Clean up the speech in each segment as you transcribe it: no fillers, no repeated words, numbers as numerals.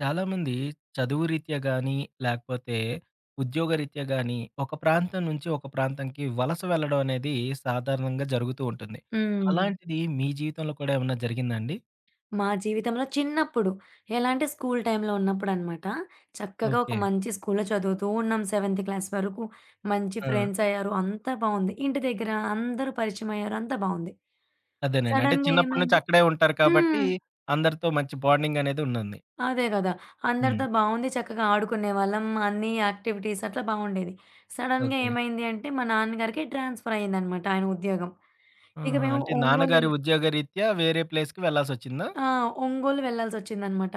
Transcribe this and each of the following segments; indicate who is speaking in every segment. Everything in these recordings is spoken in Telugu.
Speaker 1: చాలామంది చదువు రీత్యా గానీ, లేకపోతే ఉద్యోగరీత్యా గానీ, ఒక ప్రాంతం నుంచి ఒక ప్రాంతంకి వలస వెళ్ళడం అనేది సాధారణంగా జరుగుతూ ఉంటుంది.
Speaker 2: హ్మ్.
Speaker 1: అలాంటిది మీ జీవితంలో కూడా ఏమన్నా జరిగిందా అండి?
Speaker 2: మా జీవితంలో చిన్నప్పుడు ఎలా అంటే స్కూల్ టైమ్‌లో ఉన్నప్పుడనమాట. చక్కగా ఒక
Speaker 1: ఓకే.
Speaker 2: మంచి స్కూల్‌లో చదువుతూ ఉన్నాం సెవెంత్ క్లాస్ వరకు. మంచి
Speaker 1: ఆ!
Speaker 2: ఫ్రెండ్స్ అయ్యారు. అంతా బావుంది. ఇంటి దగ్గర అందరూ పరిచయం అయ్యారు. అంతా బావుంది.
Speaker 1: అదేనండి. అంటే
Speaker 2: సడెన్‌గా
Speaker 1: చిన్నప్పటి నుంచి
Speaker 2: ఏమైంది?
Speaker 1: అక్కడే ఉంటారు కాబట్టి,
Speaker 2: హ్మ్.
Speaker 1: అందరితో మంచి బాండింగ్ అనేది ఉండంది.
Speaker 2: అదే గదా!
Speaker 1: హ్మ్.
Speaker 2: అందరితో బావుంది. చక్కగా ఆడుకునేవాళ్ళం. అన్ని యాక్టివిటీస్ అట్లా బావుండేది. సడెన్‌గా
Speaker 1: ఓకే.
Speaker 2: ఏమైంది అంటే మా నాన్నగారికి ట్రాన్స్‌ఫర్ అయిందనమాట ఆయన ఉద్యోగం. ఇక
Speaker 1: ఆహా!
Speaker 2: మేము
Speaker 1: అంటే నాన్నగారి
Speaker 2: ఒంగోలెళ్ళి,
Speaker 1: ఉద్యోగరీత్యా వేరే ప్లేస్‌కి వెళ్ళాల్సొచ్చిందా?
Speaker 2: ఆ, ఒంగోలు వెళ్ళాల్సొచ్చిందనమాట.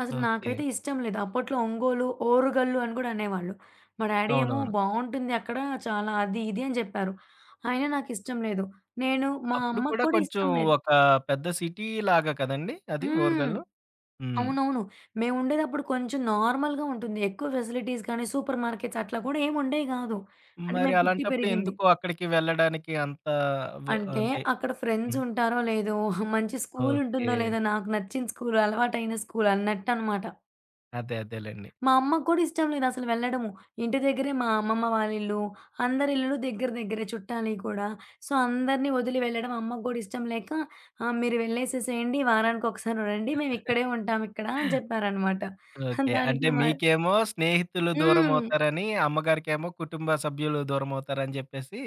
Speaker 2: అసలు
Speaker 1: ఓకే.
Speaker 2: నాకైతే ఇష్టం లేదు. అప్పట్లో ఒంగోలు, ఓరుగల్లు అని గూడా అనేవాళ్ళు. మా డ్యాడీ ఏమో
Speaker 1: అవునవును.
Speaker 2: బావుంటుంది అక్కడ చాలా అది, ఇది అని జెప్పారు. అయినా నాకిష్టం లేదు. నేను మా
Speaker 1: అప్పుడు
Speaker 2: అమ్మకు
Speaker 1: కూడా
Speaker 2: కూడా
Speaker 1: కొంచెం
Speaker 2: ఇష్టం లేదు.
Speaker 1: ఒక పెద్ద సిటీ లాగా కదండీ! అది
Speaker 2: హ్మ్.
Speaker 1: ఓరుగల్లు. హ్మ్.
Speaker 2: అవునవును. మేముండేదప్పుడు కొంచెం నార్మల్‌గా ఉంటుంది. ఎక్కువ ఫెసిలిటీస్ కానీ, సూపర్ మార్కెట్స్ అట్లా కూడా ఏముండేవి గాదు. అంటే
Speaker 1: మరి
Speaker 2: మేము పుట్టి
Speaker 1: అలాంటప్పుడు
Speaker 2: పెరిగింది.
Speaker 1: ఎందుకు అక్కడికి వెళ్ళడానికి అంత వె
Speaker 2: అంటే
Speaker 1: అంటే
Speaker 2: అక్కడ ఫ్రెండ్స్
Speaker 1: హ్మ్.
Speaker 2: ఉంటారో లేదో, మంచి
Speaker 1: ఓకే.
Speaker 2: స్కూలుంటుందో లేదో, నాకు నచ్చిన స్కూలు, అలవాటైన స్కూలు అన్నట్టనమాట.
Speaker 1: అదే అదేలెండి.
Speaker 2: మా అమ్మకి కూడా ఇష్టం లేదసలు వెళ్ళడము. ఇంటి దగ్గరే మా అమ్మమ్మ వాళ్ళిల్లు, అందరి ఇల్లులు దగ్గర దగ్గరే చుట్టాలియి కూడా. సో, అందరిని వదిలి వెళ్ళడం అమ్మకి గూడా ఇష్టం లేక, "మీరు వెళ్ళేసేసేయండి. వారానికొకసారి రండి. మేమిక్కడే ఉంటామిక్కడ" అని చెప్పారనమాట.
Speaker 1: ఓకే.
Speaker 2: దానికి
Speaker 1: అంటే
Speaker 2: మా
Speaker 1: మీకేమో స్నేహితులు
Speaker 2: హ్మ్.
Speaker 1: దూరమవుతారని, అమ్మగారికేమో కుటుంబ సభ్యులు దూరమవుతారని జెప్పేసి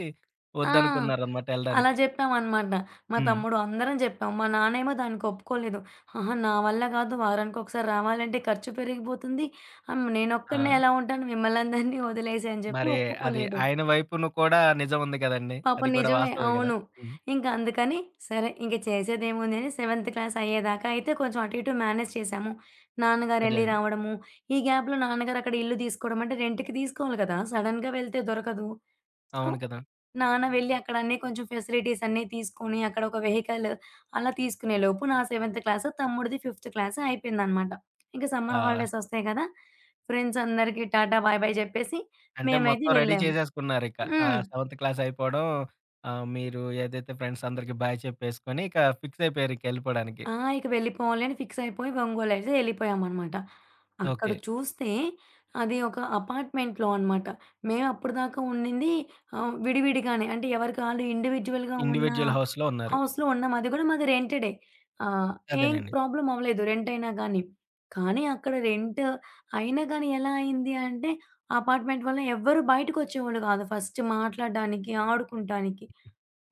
Speaker 2: ఆ!
Speaker 1: వద్దనుకున్నారనమాట
Speaker 2: అలా
Speaker 1: ఎళ్ళడానికి.
Speaker 2: జెప్పామనమాట. మా
Speaker 1: హ్మ్.
Speaker 2: తమ్ముడు, అందరం జెప్పాం. మా నాన్నేమో దానికి ఒప్పుకోలేదు. "ఆహా! నా వల్ల గాదు. వారానికొకసారి రావాలంటే ఖర్చు పెరిగిపోతుంది. నేనొక్కడినే
Speaker 1: ఆ!
Speaker 2: ఎలా ఉంటాను మిమ్మల్నందరినీ వదిలేసి" అని జెప్పి
Speaker 1: మరి అది
Speaker 2: ఒప్పుకోలేదు.
Speaker 1: ఆయన వైపును కూడా నిజం ఉంది గదండీ. అది
Speaker 2: పాపం
Speaker 1: కూడా
Speaker 2: నిజమే.
Speaker 1: వాస్తవమే గదా!
Speaker 2: అవును.
Speaker 1: హ్మ్.
Speaker 2: ఇంక అందుకని సరే ఇంక చేసేదేముంది అని సెవెంత్ క్లాస్ అయ్యేదాకా అయితే కొంచెం అటు ఇటు మేనేజ్ చేశాము.
Speaker 1: అదే
Speaker 2: నాన్నగారెళ్లి
Speaker 1: అండి.
Speaker 2: రావడము. ఈ గ్యాప్‌లో నాన్నగారు అక్కడ ఇల్లు తీసుకోవడం అంటే రెంట్‌కి తీసుకోవాలి కదా! సడెన్‌గా వెళ్తే దొరకదు. సో,
Speaker 1: అవును కదా!
Speaker 2: నాన్న వెళ్లి అక్కడ అన్నీ కొంచెం ఫెసిలిటీస్ అన్నీ తీసుకొని అక్కడ ఒక వెహికల్ అలా తీసుకునే లోపు నా సెవెంత్ క్లాస్, తమ్ముడిది ఫిఫ్త్ క్లాస్ అయిపోయిందనమాట. ఇంక సమ్మర్
Speaker 1: ఆ!
Speaker 2: హాలిడేస్ ఒస్తాయి కదా! ఫ్రెండ్స్ అందరికీ టాటా, బాయ్ బాయ్ చెప్పేసి
Speaker 1: అంటే
Speaker 2: మేమైతే
Speaker 1: మొత్తం రెడీ
Speaker 2: వెళ్ళాము.
Speaker 1: చేసేసుకున్నారిక.
Speaker 2: హ్మ్.
Speaker 1: ఆహ్, సెవెంత్ క్లాస్ అయిపోవడం ఆహ్, మీరు ఏదైతే ఫ్రెండ్స్ అందరికి బాయ్ చెప్పేసుకొని ఇక ఫిక్స్ అయిపోయారు ఇక ఎళ్ళిపోవడానికి.
Speaker 2: ఆ! ఇక వెళ్ళిపోవాలి అని ఫిక్స్ అయిపోయి, ఒంగోలైతే ఎళ్ళిపోయామనమాట. అక్కడ
Speaker 1: ఓకే.
Speaker 2: చూస్తే అది ఒక అపార్ట్‌మెంట్‌లో అనమాట. మేము అప్పటిదాకా ఉండింది విడివిడిగానే. అంటే ఎవరికి ఆళ్ళు ఇండివిడ్యుయల్‌గా ఉన్న
Speaker 1: ఇండివిడ్యువల్ హౌస్‌లో ఉన్నారు.
Speaker 2: హౌస్‌లో ఉన్నాం. అది కూడా మాది రెంటెడే. ఆహ్, ఏం
Speaker 1: అదేనండి.
Speaker 2: ప్రాబ్లమ్ అవ్వలేదు రెంటయినా గానీ. కానీ అక్కడ రెంట్ అయినా గానీ ఎలా అయింది అంటే, అపార్ట్‌మెంట్ వల్ల ఎవ్వరు బయటకొచ్చేవాళ్ళు కాదు ఫస్ట్ మాట్లాడడానికి, ఆడుకుంటానికి.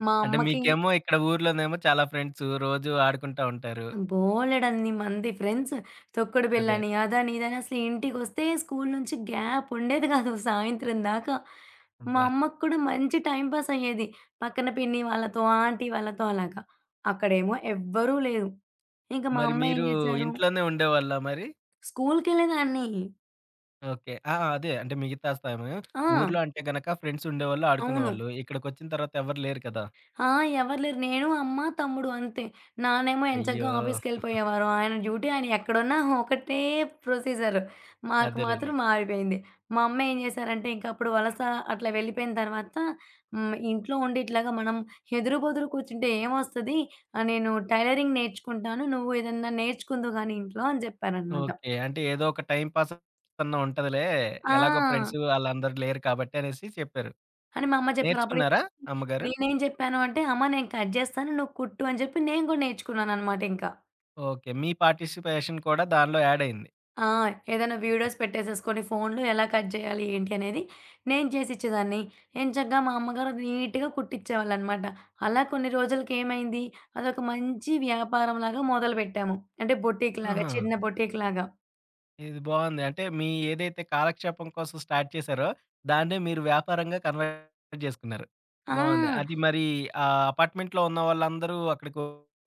Speaker 2: మా
Speaker 1: అంటే
Speaker 2: అమ్మకి
Speaker 1: మీకేమో ఇక్కడ ఊర్లోనేమో చాలా ఫ్రెండ్స్ రోజు ఆడుకుంటా ఉంటారు.
Speaker 2: బోలెడన్ని మంది ఫ్రెండ్స్. తొక్కుడు
Speaker 1: అదే.
Speaker 2: బిల్లని, అదని, ఇదని అసలు ఇంటికొస్తే స్కూలు నుంచి గ్యాప్ ఉండేది గాదు సాయంత్రం దాకా. మా
Speaker 1: అబ్బా!
Speaker 2: అమ్మకి కూడా మంచి టైమ్ పాస్ అయ్యేది. పక్కన పిన్ని వాళ్ళతో, ఆంటీ వాళ్ళతో అలాగా. అక్కడేమో ఎవ్వరూ లేరు. ఇంక మా
Speaker 1: మరి
Speaker 2: అమ్మ ఏం
Speaker 1: మీరు
Speaker 2: జేశారు
Speaker 1: ఇంట్లోనే ఉండేవాళ్ళా మరి?
Speaker 2: స్కూలుకెళ్ళేదాన్ని.
Speaker 1: ఓకే. ఆ! అదే అంటే మిగతా సమయం
Speaker 2: ఆ!
Speaker 1: ఊర్లో అంటే గనక ఫ్రెండ్స్ ఉండేవాళ్ళు,
Speaker 2: అవును.
Speaker 1: ఆడుకునేవాళ్ళు. ఇక్కడికొచ్చిన తర్వాత ఎవరు లేరు కదా!
Speaker 2: ఆ! ఎవరు లేరు. నేను, అమ్మ, తమ్ముడు అంతే. నాన్నేమో
Speaker 1: అయ్యో!
Speaker 2: ఎంచక్కా ఆఫీస్‌కెళ్ళిపోయేవారు. ఆయన డ్యూటీ ఆయన ఎక్కడున్నా ఒకటే ప్రొసీజర్. మాకు
Speaker 1: అదేలెండి.
Speaker 2: మాత్రం మారిపోయింది. మా అమ్మ ఏం చేశారంటే ఇంక అప్పుడు వలస అట్లా వెళ్ళిపోయిన తర్వాత హ్మ్. ఇంట్లో ఉండి ఇట్లాగా మనం ఎదురు బొదురు కూర్చుంటే ఏమొస్తది? నేను టైలరింగ్ నేర్చుకుంటాను. నువ్వు ఏదన్నా నేర్చుకుందువు గానీ ఇంట్లో అని చెప్పారనమాట.
Speaker 1: ఓకే. అంటే ఏదో ఒక టైమ్ పాస్ అన్నా ఉంటదిలే. ఎలాగో
Speaker 2: ఆ!
Speaker 1: ఫ్రెండ్స్ ఆళ్ళందరూ లేరు కాబట్టి అనేసి చెప్పారు.
Speaker 2: అని మా అమ్మ చెప్పారు. అప్పుడు
Speaker 1: నేర్చుకున్నారా అమ్మగారు?
Speaker 2: నేనేం చెప్పాను అంటే, అమ్మ నేను కట్ చేస్తాను. నువ్వు కుట్టు అని చెప్పి నేను కూడా నేర్చుకున్నాననమాట ఇంక.
Speaker 1: ఓకే. మీ పార్టిసిపేషన్ కూడా దానిలో యాడ్ అయింది.
Speaker 2: ఆ! ఏదైనా వీడియోస్ పెట్టేసేసుకొని ఫోన్‌లో ఎలా కట్ చేయాలి ఏంటి అనేది నేను చేసిచ్చేదాన్ని. ఎంచక్కా మా అమ్మగారు నీట్‌గా కుట్టిచ్చేవాళ్ళనమాట. అలా కొన్ని రోజులకి ఏమైంది అదొక మంచి వ్యాపారంలాగా మొదలుపెట్టాము. అంటే బొటీక్‌లాగా
Speaker 1: ఆహా!
Speaker 2: చిన్న బొటీక్‌లాగా.
Speaker 1: ఇది బావుంది. అంటే మీ ఏదైతే కాలక్షేపం కోసం స్టార్ట్ చేశారో దాన్నే మీరు వ్యాపారంగా కన్వర్ట్ జేసుకున్నారు.
Speaker 2: ఆ!
Speaker 1: బావుంది. అది మరి ఆ అపార్ట్‌మెంట్‌లో ఉన్న వాళ్ళందరూ అక్కడికి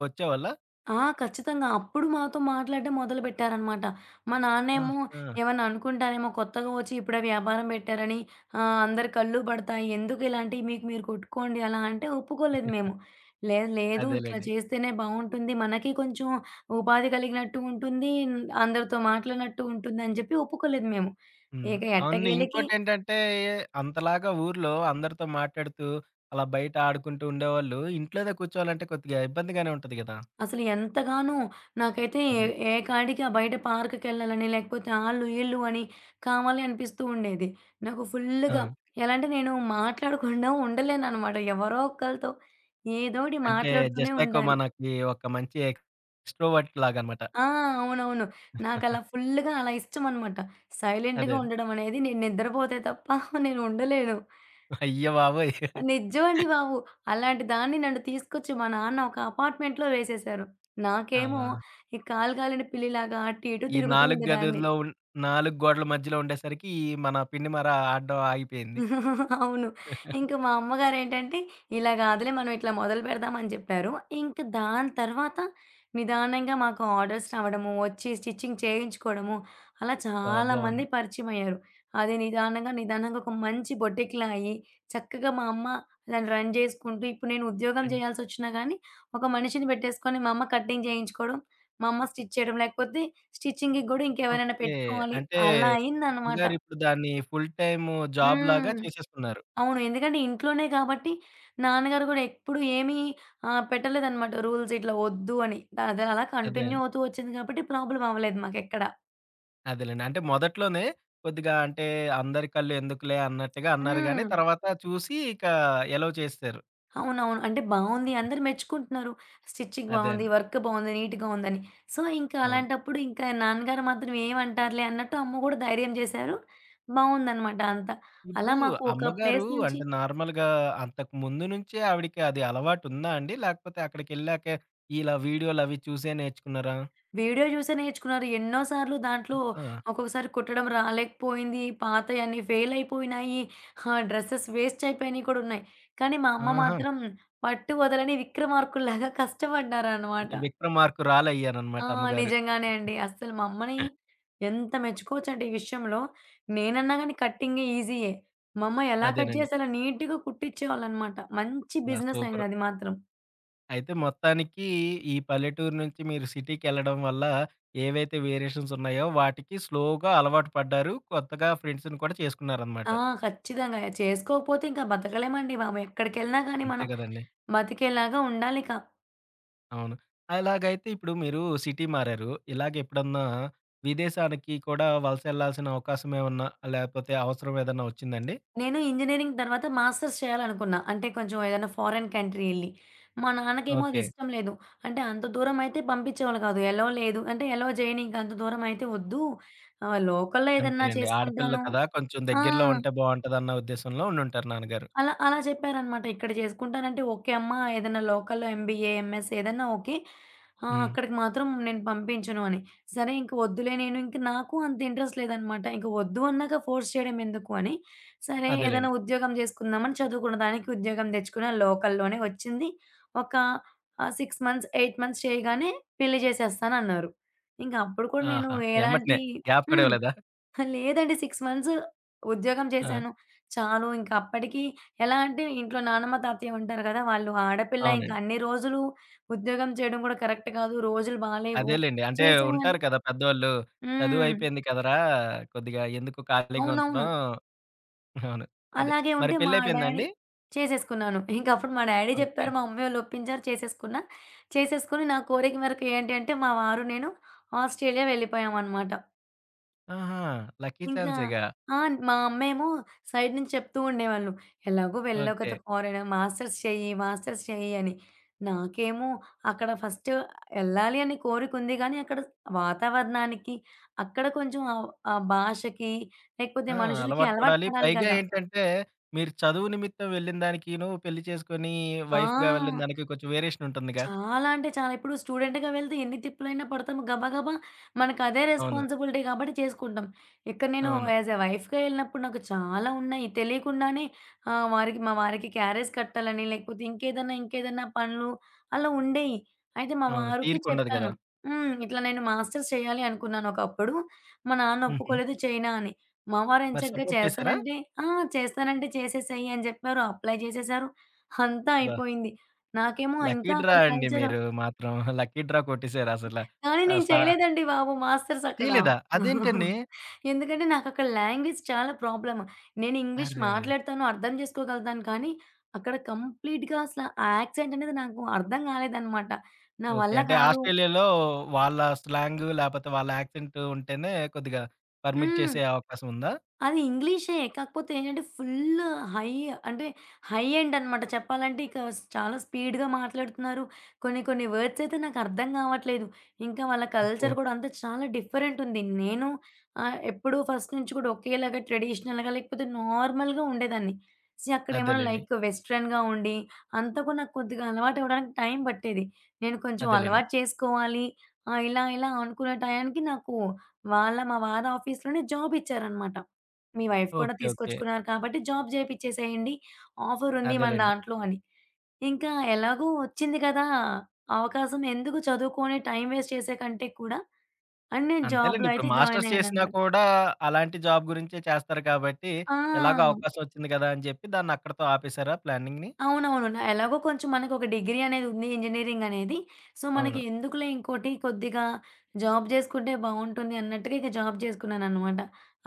Speaker 1: వచ్చేవాళ్ళా?
Speaker 2: ఆ! ఖచ్చితంగా. అప్పుడు మాతో మాట్లాడడం మొదలుపెట్టారనమాట. మా నాన్నేమో
Speaker 1: ఆహా!
Speaker 2: ఏమన్నా అనుకుంటారేమో కొత్తగా వచ్చి ఇప్పుడే వ్యాపారం పెట్టారని, అందరి కళ్ళు పడతాయి. ఎందుకు ఇలాంటివి మీకు మీరు కొట్టుకోండి అలా అంటే ఒప్పుకోలేదు మేము. లేదు లేదు ఇట్లా
Speaker 1: అదేలెండి.
Speaker 2: చేస్తేనే బావుంటుంది. మనకి కొంచెం ఉపాధి కలిగినట్టు ఉంటుంది. అందరితో మాట్లాడినట్టు ఉంటుందని చెప్పి ఒప్పుకోలేదు మేము.
Speaker 1: హ్మ్.
Speaker 2: ఇక
Speaker 1: అవును.
Speaker 2: ఎట్టకేలకి
Speaker 1: ఇంకోటేంటంటే అంతలాగా ఊర్లో అందరితో మాట్లాడుతూ, అలా బయట ఆడుకుంటూ ఉండేవాళ్ళు ఇంట్లోనే కూర్చోవాలంటే కొద్దిగా ఇబ్బందిగానే ఉంటది గదా!
Speaker 2: అసలు ఎంతగానో నాకైతే ఏ
Speaker 1: అదే.
Speaker 2: ఏ కాడికి ఆ బయట పార్క్‌కెళ్ళాలని, లేకపోతే ఆళ్ళు, ఈళ్ళు అని కావాలి అనిపిస్తూ ఉండేది. నాకు
Speaker 1: ఆ!
Speaker 2: ఫుల్లుగా ఎలా అంటే నేను మాట్లాడకుండా ఉండలేననమాట. ఎవరో ఒకళ్ళతో ఏదోటి
Speaker 1: అంటే
Speaker 2: మాట్లాడుతూనే
Speaker 1: జస్ట్ లైక్
Speaker 2: ఉండాలి.
Speaker 1: మనకి ఒక మంచి ఎక్స్‌ట్రోవర్ట్ లాగనమాట.
Speaker 2: ఆ! అవునవును. నాకలా ఫుల్లుగా అలా ఇష్టమనమాట. సైలెంట్‌గా
Speaker 1: అదే.
Speaker 2: ఉండడం అనేది నేను నిద్రపోతే తప్ప నేను ఉండలేను.
Speaker 1: అయ్య బాబోయ్!
Speaker 2: నిజమండి బాబు. అలాంటి దాన్ని నన్ను తీసుకొచ్చి మా నాన్న ఒక అపార్ట్‌మెంట్‌లో వేసేశారు.
Speaker 1: ఆ!
Speaker 2: నాకేమో ఈ కాలు గాలిన పిల్లిలాగా అటు ఇటు
Speaker 1: ఈ
Speaker 2: తిరుగుతూ
Speaker 1: 4
Speaker 2: ఉండేదాన్ని.
Speaker 1: గదుల్లో ఉన్ 4 గోడల మధ్యలో ఉండేసరికి ఈ మన పిండి మర ఆడడం ఆగిపోయింది.
Speaker 2: అవును. ఇంక మా అమ్మగారేంటంటే, "ఇలా గాదులే మనం ఇట్లా మొదలు పెడదాం" అని జెప్పారు. ఇంక దాని తర్వాత నిదానంగా మాకు ఆర్డర్స్ రావడము, వచ్చి స్టిచ్చింగ్ చేయించుకోవడము, అలా
Speaker 1: ఆ!
Speaker 2: చాలామంది
Speaker 1: బావుంది.
Speaker 2: పరిచయమయ్యారు. అది నిదానంగా, నిదానంగా ఒక మంచి బొటిక్‌లా అయ్యి, చక్కగా మా అమ్మ దాన్ని రన్ జేసుకుంటూ, ఇప్పుడు నేను ఉద్యోగం
Speaker 1: అండ్
Speaker 2: జేయాల్సొచ్చినా గానీ, ఒక మనిషిని పెట్టేసుకొని మా అమ్మ కటింగ్ జేయించుకోవడం, మా అమ్మ స్టిచ్ చేయడం, లేకపోతే స్టిచ్చింగ్‌కి గూడా ఇంకెవరైనా
Speaker 1: ఓకే.
Speaker 2: పెట్టుకోవాలి.
Speaker 1: అంటే,
Speaker 2: అలా అయిందనమాట.
Speaker 1: గురుగారిప్పుడు దాన్ని ఫుల్ టైమ్ జాబ్ లాగా
Speaker 2: హ్మ్.
Speaker 1: చేసేసుకున్నారు.
Speaker 2: అవును. ఎందుకంటే ఇంట్లోనే కాబట్టి, నాన్నగారు గూడా ఎప్పుడు ఏమీ, పెట్టలేదనమాట రూల్స్ ఇట్లా ఒద్దు అని. అది అలా
Speaker 1: అదే.
Speaker 2: కంటిన్యూ అవుతూ వచ్చింది కాబట్టి ప్రాబ్లమ్ అవ్వలేదు మాకెక్కడ.
Speaker 1: అదేలెండి. అంటే మొదట్లోనే కొద్దిగా అంటే అందరి కళ్ళు ఎందుకులే అన్నట్టుగా అన్నారు గానీ,
Speaker 2: హ్మ్.
Speaker 1: తర్వాత చూసి ఇక ఎలౌ చేసేసారు.
Speaker 2: అవునవును. అంటే బావుంది. అందరూ మెచ్చుకుంటున్నారు. స్టిచ్చింగ్
Speaker 1: అదే
Speaker 2: బావుంది,
Speaker 1: అండి.
Speaker 2: వర్క్ బావుంది, నీట్‌గా ఉందని. సో, ఇంకా
Speaker 1: అవును.
Speaker 2: అలాంటప్పుడు ఇంకా నాన్నగారు మాత్రం ఏమంటారులే అన్నట్టు అమ్మ గూడా ధైర్యం జేశారు. బావుందనమాట అంతా.
Speaker 1: ఇప్పుడు
Speaker 2: అలా మాకు ఒక
Speaker 1: అమ్మగారు
Speaker 2: ప్లేస్ నుంచి
Speaker 1: అంటే నార్మల్‌గా అంతకు ముందు నుంచే ఆవిడకి అది అలవాటుందా అండి? లేకపోతే అక్కడికెళ్ళాకే ఇలా వీడియోలవి చూసే నేర్చుకున్నారా?
Speaker 2: వీడియో జూసే నేర్చుకున్నారు. ఎన్నో సార్లు దాంట్లో
Speaker 1: ఆ!
Speaker 2: ఒక్కొక్కసారి కుట్టడం రాలేకపోయింది. పాతయన్ని ఫెయిల్ అయిపోయినాయి. ఆ డ్రెసెస్ వేస్ట్ అయిపోయినయి కూడా ఉన్నాయి. కానీ మా అమ్మ
Speaker 1: ఆహా!
Speaker 2: మాత్రం పట్టు వదలని విక్రమార్కుల్లాగా కష్టపడ్డారనమాట.
Speaker 1: అంటే విక్రమార్కురాలయ్యారనమాట
Speaker 2: ఆ!
Speaker 1: అమ్మగారు.
Speaker 2: నిజంగానే అండి. అస్సలు మా అమ్మని ఎంత మెచ్చుకోవచ్చంటే ఈ విషయంలో. నేనన్నా గాని కట్టింగ్ ఈజీయే. మా అమ్మ ఎలా కట్
Speaker 1: అదేనండి.
Speaker 2: చేసి అలా నీట్‌గా కుట్టిచ్చేవాళ్ళనమాట. మంచి
Speaker 1: ఆ!
Speaker 2: Business
Speaker 1: super.
Speaker 2: అయిందది మాత్రం.
Speaker 1: అయితే మొత్తానికి ఈ పల్లెటూరు నుంచి మీరు సిటీకెళ్ళడం వల్ల ఏవైతే వేరియేషన్స్ ఉన్నాయో వాటికి స్లోగా అలవాటు పడ్డారు. కొత్తగా ఫ్రెండ్స్‌ని కూడా చేసుకున్నారనమాట.
Speaker 2: ఆ! ఖచ్చితంగా. చేసుకోకపోతే ఇంకా బతకలేమండి బాబు. ఎక్కడికెళ్ళినా గానీ
Speaker 1: అంతే
Speaker 2: మనం
Speaker 1: గదండీ!
Speaker 2: బతికేలాగా ఉండాలిక.
Speaker 1: అవును. అలాగైతే ఇప్పుడు మీరు సిటీ మారారు. ఇలాగ ఎప్పుడన్నా విదేశానికి కూడా వలసెళ్ళాల్సిన అవకాశం ఏమన్నా లేపోతే అవసరం ఏదన్నా వచ్చిందండి?
Speaker 2: నేను ఇంజినీరింగ్ తర్వాత మాస్టర్స్ చేయాలనుకున్నా. అంటే కొంచెం ఏదైనా ఫారెన్ కంట్రీ ఎళ్లి. మా నాన్నకేమో అది
Speaker 1: ఓకే.
Speaker 2: ఇష్టం లేదు. అంటే అంత దూరం అయితే పంపించేవాళ్ళు కాదు. ఎలో లేదు. అంటే ఎలో చేయనింక అంత దూరం అయితే వద్దు. లోకల్‌లో ఏదన్నా
Speaker 1: అంతేలెండి. ఆడపిల్ల
Speaker 2: చేసుకుంటాను.
Speaker 1: కదా! కొంచెం
Speaker 2: ఆ!
Speaker 1: దగ్గరలో ఉంటే బావుంటదన్న ఉద్దేశంలో ఉండుంటారు నాన్నగారు.
Speaker 2: అలా అలా చెప్పారనమాట. ఇక్కడ చేసుకుంటానంటే ఓకే అమ్మా. ఏదైనా లోకల్‌లో ఎంబీఏ, ఎంఎస్ ఏదన్నా ఓకే.
Speaker 1: హ్మ్.
Speaker 2: అక్కడికి మాత్రం నేను పంపించను అని. సరే ఇంక వద్దులే నేను ఇంక నాకు అంత ఇంట్రెస్ట్ లేదనమాట. ఇంక వద్దు అన్నాక ఫోర్స్ చేయడం ఎందుకు అని, సరే ఏదైనా
Speaker 1: అదేలెండి.
Speaker 2: ఉద్యోగం చేసుకుందామని చదువుకున్న దానికి ఉద్యోగం తెచ్చుకున్న లోకల్‌లోనే వచ్చింది. ఒక 6 మంత్స్, 8 మంత్స్ చేయగానే పెళ్లి చేసేస్తానన్నారు. ఇంక అప్పుడు కూడా నేను
Speaker 1: ఆహా! ఎమ్మటనే
Speaker 2: ఎలాంటి
Speaker 1: గ్యాప్ కూడా
Speaker 2: హ్మ్.
Speaker 1: ఇవ్వలేదా?
Speaker 2: లేదండి. 6 మంత్స్ ఉద్యోగం
Speaker 1: ఆ!
Speaker 2: చేశాను. చాలు ఇంక అప్పటికి ఎలా అంటే ఇంట్లో నానమ్మ, తాతయ్య ఉంటారు కదా! వాళ్ళు ఆడపిల్ల ఇంక
Speaker 1: అవునండి.
Speaker 2: అన్ని రోజులు ఉద్యోగం చేయడం కూడా కరెక్ట్ కాదు. రోజులు బాలేవు.
Speaker 1: అదేలెండి. అంటే
Speaker 2: చేసేయాలి.
Speaker 1: ఉంటారు కదా! పెద్దోళ్ళు.
Speaker 2: హ్మ్.
Speaker 1: చదువయిపోయింది కదరా! కొద్దిగా ఎందుకు ఖాళీగా ఉంచడం
Speaker 2: అవునవును.
Speaker 1: అవును. అదే.
Speaker 2: అలాగే
Speaker 1: మరి
Speaker 2: ఉంటే మా డ్యాడీ
Speaker 1: పెళ్లయిపోయిందాండి?
Speaker 2: చేసేసుకున్నాను. ఇంక అప్పుడు మా డ్యాడీ
Speaker 1: ఓకే.
Speaker 2: చెప్పారు. మా మమ్మీ వాళ్ళు ఒప్పించారు. చేసేసుకున్నా. చేసేసుకొని నా కోరిక మేరకు ఏంటి అంటే మా వారు, నేను ఆస్ట్రేలియా వెళ్ళిపోయామనమాట.
Speaker 1: ఆహా! లక్కీ
Speaker 2: ఇంకా
Speaker 1: చాన్సేగా.
Speaker 2: ఆ! మా అమ్మేమో సైడ్ నుంచి చెప్తూ ఉండేవాళ్ళు. ఎలాగో వెళ్ళావు
Speaker 1: ఓకే.
Speaker 2: కదా! ఫారెన్ మాస్టర్స్ చెయ్యి, మాస్టర్స్ చెయ్యి అని. నాకేమో అక్కడ ఫస్ట్ ఎళ్ళాలి అనే కోరికుంది గానీ, అక్కడ వాతావరణానికి, అక్కడ కొంచెం ఆ భాషకి, లేకపోతే
Speaker 1: ఆ!
Speaker 2: మనుషులకి
Speaker 1: అలవాటు
Speaker 2: అలవాటు
Speaker 1: పడాలి.
Speaker 2: పడాలి
Speaker 1: పైగా
Speaker 2: గదా!
Speaker 1: ఏంటంటే, మీరు చదువు నిమిత్తం వెళ్ళిన దానికిను, పెళ్లి చేసుకొని
Speaker 2: ఆ!
Speaker 1: వైఫ్‌గా వెళ్ళిన దానికి కొంచెం వేరియేషన్ ఉంటుందిగా.
Speaker 2: చాలా అంటే చాలా. ఇప్పుడు స్టూడెంట్‌గా వెళ్తే ఎన్ని తిప్పులైనా పడతాము. గబగబా మనకదే
Speaker 1: అవును.
Speaker 2: రెస్పాన్సిబిలిటీ కాబట్టి చేసుకుంటాం. ఇక్కడ నేను
Speaker 1: అవును.
Speaker 2: యాస్ ఎ వైఫ్‌గా ఎళ్ళినప్పుడు నాకు చాలా ఉన్నాయి. తెలియకుండానే మా వారికి క్యారేజ్ కట్టాలని, లేకపోతే ఇంకేదన్నా పనులు అలా ఉండేయి. అయితే మా
Speaker 1: అవును.
Speaker 2: వారికి
Speaker 1: తీరికుండదు కదా!
Speaker 2: చెప్పాను. హ్మ్. ఇట్లా నేను మాస్టర్స్ చేయాలి అనుకున్నాను ఒకప్పుడు. మా నాన్న
Speaker 1: హుహు.
Speaker 2: ఒప్పుకోలేదు చెయనా అని. మా వారు
Speaker 1: మరి
Speaker 2: ఎంచక్కా
Speaker 1: సపోర్ట్ చేసారా?
Speaker 2: చేస్తానంటే ఆ! చేస్తానంటే చేసేసేయి అని చెప్పారు. అప్లై చేసేశారు. అంతా
Speaker 1: అబ్బా!
Speaker 2: అయిపోయింది. నాకేమో
Speaker 1: లక్కీ
Speaker 2: ఇంకా
Speaker 1: డ్రా
Speaker 2: అక్కడ
Speaker 1: అండి
Speaker 2: కల్చర్
Speaker 1: మీరు మాత్రం. లక్కీ డ్రా కొట్టేసారసల.
Speaker 2: కానీ
Speaker 1: ఆ!
Speaker 2: నేను చేయలేదండి బాబు మాస్టర్స్ అక్కడ.
Speaker 1: చేయలేదా? అదేంటండి?
Speaker 2: ఎందుకంటే నాకక్కడ లాంగ్వేజ్ చాలా ప్రాబ్లమ్. నేను ఇంగ్లీష్
Speaker 1: అరెరే!
Speaker 2: మాట్లాడతాను, అర్థం చేసుకోగలుగుతాను కానీ, అక్కడ కంప్లీట్‌గా అసల ఆ యాక్సెంట్ అనేది నాకు అర్థం కాలేదనమాట. నా
Speaker 1: ఓకే.
Speaker 2: వల్ల
Speaker 1: అంటే
Speaker 2: కాదు.
Speaker 1: ఆస్ట్రేలియాలో వాళ్ళ స్లాంగు లేపోతే వాళ్ళ యాక్సెంట్ ఉంటేనే కొద్దిగా పర్మిట్
Speaker 2: హ్మ్.
Speaker 1: చేసే అవకాశం ఉందా?
Speaker 2: అది ఇంగ్లీషే. కాకపోతే ఏంటంటే ఫుల్ హై అంటే హై ఎండ్ అనమాట. చెప్పాలంటే చాలా స్పీడ్‌గా మాట్లాడుతున్నారు. కొన్ని కొన్ని వర్డ్స్ అయితే నాకు అర్థం కావట్లేదు. ఇంకా వాళ్ళ
Speaker 1: అబ్బో!
Speaker 2: కల్చర్ కూడా అంతా చాలా డిఫరెంట్ ఉంది. నేను ఎప్పుడూ ఫస్ట్ నుంచి కూడా ఒకేలాగా ట్రెడిషనల్‌గా లేకపోతే నార్మల్‌గా ఉండేదాన్ని. సో, అక్కడేమో
Speaker 1: అదేలెండి.
Speaker 2: లైక్ వెస్టర్న్‌గా ఉండి అంతా కూడా నాకు కొద్దిగా అలవాటు అవ్వడానికి టైం పట్టేది. నేను కొంచెం
Speaker 1: అదేలెండి.
Speaker 2: అలవాటు చేసుకోవాలి. ఇలా ఇలా అనుకునే టయానికి నాకు మా వారి ఆఫీస్‌లోనే జాబ్ ఇచ్చారనమాట. మీ వైఫ్ కూడా
Speaker 1: ఓకే. ఓకే.
Speaker 2: తీసుకొచ్చుకున్నారు కాబట్టి జాబ్ చేపిచ్చేసేయండి. ఆఫరుంది మన
Speaker 1: అదేలెండి.
Speaker 2: దాంట్లో అని. ఇంకా ఎలాగో వచ్చింది కదా! అవకాశం ఎందుకు చదువుకొని టైమ్ వేస్ట్ చేసే కంటే కూడా అని నేను
Speaker 1: అంతేలెండి.
Speaker 2: జాబ్‌లో
Speaker 1: ఇప్పుడు
Speaker 2: అయితే జాయిన్
Speaker 1: మాస్టర్స్ చేసినా
Speaker 2: అయ్యాననమాట.
Speaker 1: కూడా అలాంటి జాబ్ గురించే చేస్తారు కాబట్టి,
Speaker 2: ఆ!
Speaker 1: ఎలాగో అవకాశం వచ్చింది కదా! అని చెప్పి దాన్నక్కడితో ఆపేసారా ప్లానింగ్‌ని?
Speaker 2: అవునవును. ఎలాగో కొంచెం మనకొక డిగ్రీ అనేది ఉంది ఇంజినీరింగ్ అనేది. సో, మనకి
Speaker 1: అవును.
Speaker 2: ఎందుకులే ఇంకోటి కొద్దిగా జాబ్ జేసుకుంటే బావుంటుంది అన్నట్టుగా ఇక జాబ్ జేసుకున్నాననమాట.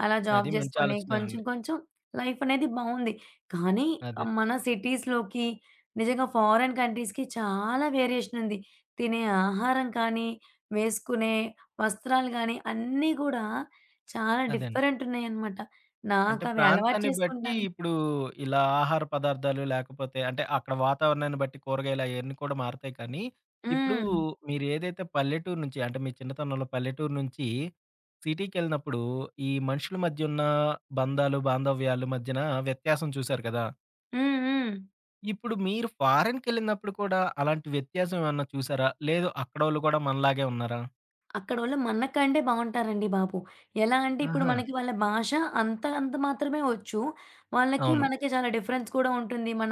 Speaker 2: అలా జాబ్
Speaker 1: అది మంచి
Speaker 2: జేసుకొని కొంచెం
Speaker 1: ఆలోచనేనండి.
Speaker 2: కొంచెం లైఫ్ అనేది బావుంది. కానీ
Speaker 1: అదే.
Speaker 2: మన సిటీస్‌లోకి నిజంగా ఫారెన్ కంట్రీస్‌కి చాలా వేరియేషన్ ఉంది. తినే ఆహారం కానీ, వేసుకునే వస్త్రాలు గానీ అన్నీ గూడా చాలా
Speaker 1: అదే అండి.
Speaker 2: డిఫరెంట్ ఉన్నాయన్నమాట.
Speaker 1: అంటే
Speaker 2: నాకవి అలవాటు
Speaker 1: ప్రాంతాన్ని బట్టి
Speaker 2: చేసుకుంటాను.
Speaker 1: ఇప్పుడు ఇలా ఆహార పదార్థాలు లేకపోతే అంటే అక్కడ వాతావరణాన్ని బట్టి కూరగాయలు అవన్నీ కూడా మారతాయి కానీ ఇప్పుడు
Speaker 2: హ్మ్.
Speaker 1: మీరు ఏదైతే పల్లెటూరు నుంచి అంటే మీ చిన్నతనంలో పల్లెటూరు నుంచి సిటీకి వెళ్ళినప్పుడు ఈ మనుషుల మధ్య ఉన్న బంధాలు బాంధవ్యాలు మధ్యన వ్యత్యాసం చూశారు కదా
Speaker 2: హ్మ్. హ్మ్.
Speaker 1: ఇప్పుడు మీరు ఫారెన్కి వెళ్ళినప్పుడు కూడా అలాంటి వ్యత్యాసం ఏమన్నా చూసారా లేదు అక్కడ వాళ్ళు కూడా మనలాగే ఉన్నారా
Speaker 2: అక్కడోళ్ళు మనకంటే బావుంటారండి బాబు. ఎలా అంటే ఇప్పుడు
Speaker 1: ఆహా!
Speaker 2: మనకి వాళ్ళ భాష అంత అంత మాత్రమే వచ్చు. వాళ్ళకి,
Speaker 1: అవును.
Speaker 2: మనకి చాలా డిఫరెన్స్ కూడా ఉంటుంది. మన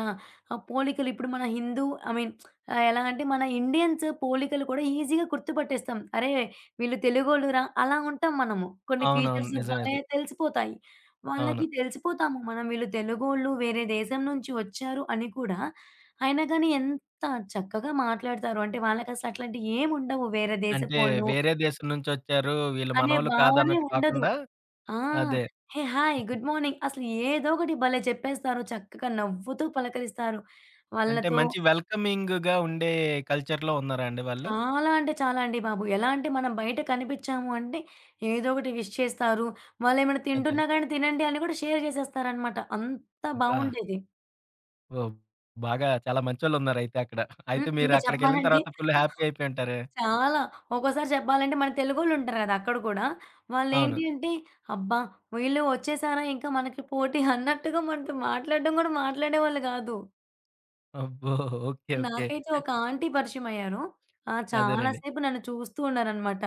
Speaker 2: పోలికలు ఇప్పుడు మన హిందూ ఐ మీన్ ఆహ్, ఎలా అంటే మన ఇండియన్స్ పోలికలు కూడా ఈజీగా గుర్తుపట్టేస్తాం. అరే! వీళ్ళు తెలుగోళ్ళురా అలా ఉంటాం మనము. కొన్ని
Speaker 1: అవునవును.
Speaker 2: ఫీచర్స్
Speaker 1: నిజమే
Speaker 2: భలే
Speaker 1: అది.
Speaker 2: తెలిసిపోతాయి.
Speaker 1: అవును.
Speaker 2: వాళ్ళకి తెలిసిపోతాము. మనం వీళ్ళు తెలుగోళ్ళు, వేరే దేశం నుంచి వచ్చారు అని కూడా. అయినా గాని ఎంత చక్కగా మాట్లాడతారు. అంటే వాళ్ళకసలు అట్లాంటియేముండవు. వేరే
Speaker 1: అంటే
Speaker 2: దేశపోళ్ళు
Speaker 1: వేరే దేశం నుంచొచ్చారు. వీళ్ళు
Speaker 2: అనే
Speaker 1: మనోళ్ళు
Speaker 2: భావనే
Speaker 1: కాదన్నట్టు
Speaker 2: ఉండదు.
Speaker 1: కాకుండా
Speaker 2: ఆ!
Speaker 1: అదే.
Speaker 2: హే! హాయ్. Good morning. అసలు ఏదో ఒకటి భలే చెప్పేస్తారు. చక్కగా నవ్వుతూ పలకరిస్తారు.
Speaker 1: అంటే
Speaker 2: వాళ్ళతో
Speaker 1: మంచి వెల్కమింగ్‌గా ఉండే కల్చర్‌లో ఉన్నారా అండి వాళ్ళు?
Speaker 2: చాలా అంటే చాలా అండి బాబు. ఎలా అంటే మనం బయట కనిపిచ్చాము అంటే ఏదో ఒకటి విష్ చేస్తారు. వాళ్ళేమైనా
Speaker 1: అదే.
Speaker 2: తింటున్నా గానీ తినండి అని కూడా షేర్ చేసేస్తారనమాట. అంత
Speaker 1: అబ్బా!
Speaker 2: బావుండేది.
Speaker 1: ఓహ్! బాగా చాలా మంచోళ్ళున్నారయితే అక్కడ.
Speaker 2: హ్మ్.
Speaker 1: అయితే మీరు
Speaker 2: ఇంకా
Speaker 1: అక్కడికెళ్ళిన
Speaker 2: చెప్పాలంటే
Speaker 1: తర్వాత ఫుల్ హ్యాపీ అయిపోయి ఉంటారు.
Speaker 2: చాలా. ఒక్కోసారి చెప్పాలంటే మన తెలుగోళ్ళుంటారు గదా! అక్కడ కూడా.
Speaker 1: అవును.
Speaker 2: వాళ్ళేంటి అంటే, "అబ్బా! వీళ్ళు వచ్చేసారా ఇంకా మనకి పోటీ" అన్నట్టుగా మనతో మాట్లాడడం గూడా మాట్లాడేవాళ్ళు గాదు.
Speaker 1: అబ్బో! ఓకే. ఓకే.
Speaker 2: నాకైతే ఒక ఆంటీ పరిచయమయ్యారు. చాలా
Speaker 1: అదేనండి.
Speaker 2: సేపు నన్ను చూస్తూ ఉన్నారనమాట.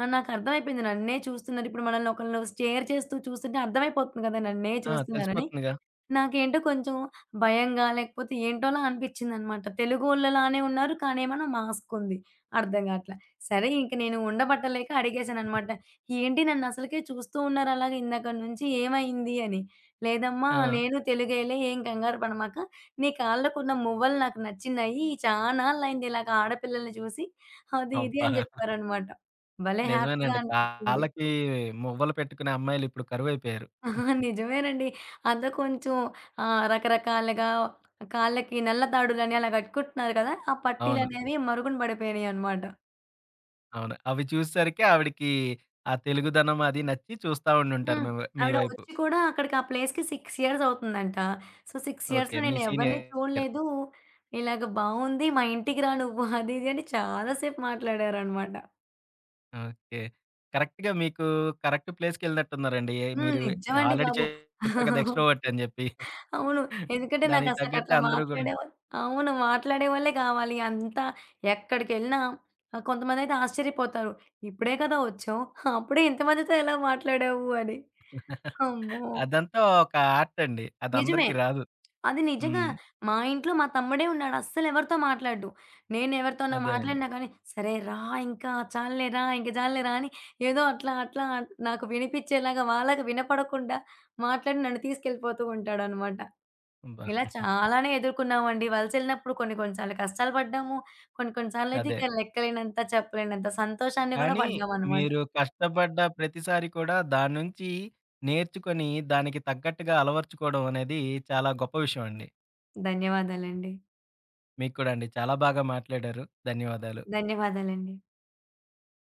Speaker 2: నాకర్థమైపోయింది నన్నే చూస్తున్నారు. ఇప్పుడు మనల్ని ఒకళ్ళు స్టేర్ చేస్తూ చూస్తుంటే అర్థమైపోతుంది కదా! నన్నే
Speaker 1: ఆ!
Speaker 2: చూస్తున్నారని.
Speaker 1: తెలిసిపోతుందిగా.
Speaker 2: నాకేంటో కొంచెం భయంగా లేకపోతే ఏంటోలా అనిపిచ్చిందనమాట. తెలుగోళ్ళలానే ఉన్నారు. కానీ ఏమన్నా మాస్క్ ఉంది. అర్థం గాట్ల. సరే ఇంక నేను ఉండబట్టలేక అడిగేశాననమాట. "ఏంటి నన్నసలకే చూస్తూ ఉన్నారు అలాగా ఇందాకడ నుంచి ఏమైంది?" అని. "లేదమ్మా
Speaker 1: ఆ!
Speaker 2: నేను తెలుగేలే ఏం కంగారు పడమాక నీ కాళ్ళకున్న మువ్వలు నాకు నచ్చినాయి. చానాళ్ళయింది ఇలాగ ఆడపిల్లల్ని చూసి. అది ఇది
Speaker 1: అబ్బా!
Speaker 2: అని జెప్పారనమాట. భలే హ్యాపీగా
Speaker 1: నిజమేనండి.
Speaker 2: అనిపిచ్చింది.
Speaker 1: కాళ్ళకి మువ్వలు పెట్టుకునే అమ్మాయిలిప్పుడు కరువైపోయారు.
Speaker 2: నిజమేనండి. అంతా కొంచెం రకరకాలుగా కాళ్ళకి నల్ల తాడులని అలా గట్టుకుంటున్నారు కదా! ఆ
Speaker 1: అవును.
Speaker 2: పట్టీలనేవి మరుగున పడిపోయినాయనమాట.
Speaker 1: అవును. అవి చూసేసరికి ఆవిడకి ఆ తెలుగుదనం అది నచ్చి చూస్తా ఉండుంటారు
Speaker 2: హ్మ్.
Speaker 1: మీ మీ
Speaker 2: ఆవిడ
Speaker 1: వైపు.
Speaker 2: వచ్చి కూడా అక్కడికి ఆ ప్లేస్‌కి 6 ఇయర్స్ అవుతుందంట. So, 6
Speaker 1: okay.
Speaker 2: ఇయర్స్‌లో
Speaker 1: మీ
Speaker 2: నేను ఎవరిని
Speaker 1: సీనియర్.
Speaker 2: చూడలేదు. ఇలాగ బావుంది. మా ఇంటికి రా నువ్వు అది ఇది అని చాలా సేపు మాట్లాడారనమాట.
Speaker 1: ఓకే. కరెక్ట్‌గా మీకు కరెక్ట్ ప్లేస్‌కెళ్ళినట్టున్నారండి.
Speaker 2: హ్మ్.
Speaker 1: మీరు
Speaker 2: నిజమండి
Speaker 1: ఆల్రెడీ
Speaker 2: బాబు.
Speaker 1: చెప్పారు కదా! ఎక్స్‌ట్రోవర్ట్ అని జెప్పి.
Speaker 2: అవును. ఎందుకంటే
Speaker 1: దానికి
Speaker 2: నాకసలకి
Speaker 1: తగ్గట్టే
Speaker 2: అట్లా
Speaker 1: అందరూ గూడా
Speaker 2: మాట్లాడేవాళ్ళు అవును. మాట్లాడేవాళ్ళే కావాలి. అంతా ఎక్కడికెళ్ళినా కొంతమందైతే ఆశ్చర్యపోతారు. "ఇప్పుడే కదా వచ్చావు. అప్పుడే ఇంతమందితో ఎలా మాట్లాడావు" అని. అమ్మో!
Speaker 1: అదంతా ఒక ఆర్ట్ అండి. అది
Speaker 2: నిజమే.
Speaker 1: అందరికీ రాదు.
Speaker 2: అది నిజంగా
Speaker 1: హ్మ్.
Speaker 2: మా ఇంట్లో మా తమ్ముడే ఉన్నాడు. అస్సలెవరితో మాట్లాడడు. నేనెవరితోన్నా
Speaker 1: అదేనండి.
Speaker 2: మాట్లాడినా కానీ, "సరే రా ఇంకా, చాల్లేరా, ఇంక చాల్లేరా" అని ఏదో అట్లా అట్లా నాకు వినిపిచ్చేలాగా, వాళ్ళకి వినపడకుండా మాట్లాడి నన్ను తీసుకెళ్ళిపోతూ ఉంటాడనమాట.
Speaker 1: అబ్బా!
Speaker 2: ఇలా చాలానే ఎదుర్కొన్నామండి. వలసెళ్ళినప్పుడు కొన్ని కొన్ని సార్లు కష్టాలు పడ్డాము. కొన్ని కొన్ని సార్లయితే
Speaker 1: అదే.
Speaker 2: ఇక లెక్కలేనంత, చెప్పలేనంత సంతోషాన్ని గూడా
Speaker 1: కానీ
Speaker 2: పడ్డామనమాట.
Speaker 1: మీరు కష్టపడ్డ ప్రతిసారి కూడా దాన్నుంచి నేర్చుకొని దానికి తగ్గట్టుగా అలవరుచుకోవడం అనేది చాలా గొప్ప విషయం అండి.
Speaker 2: ధన్యవాదాలండి.
Speaker 1: మీకు కూడా అండి. చాలా బాగా మాట్లాడారు. ధన్యవాదాలు.
Speaker 2: ధన్యవాదాలండి.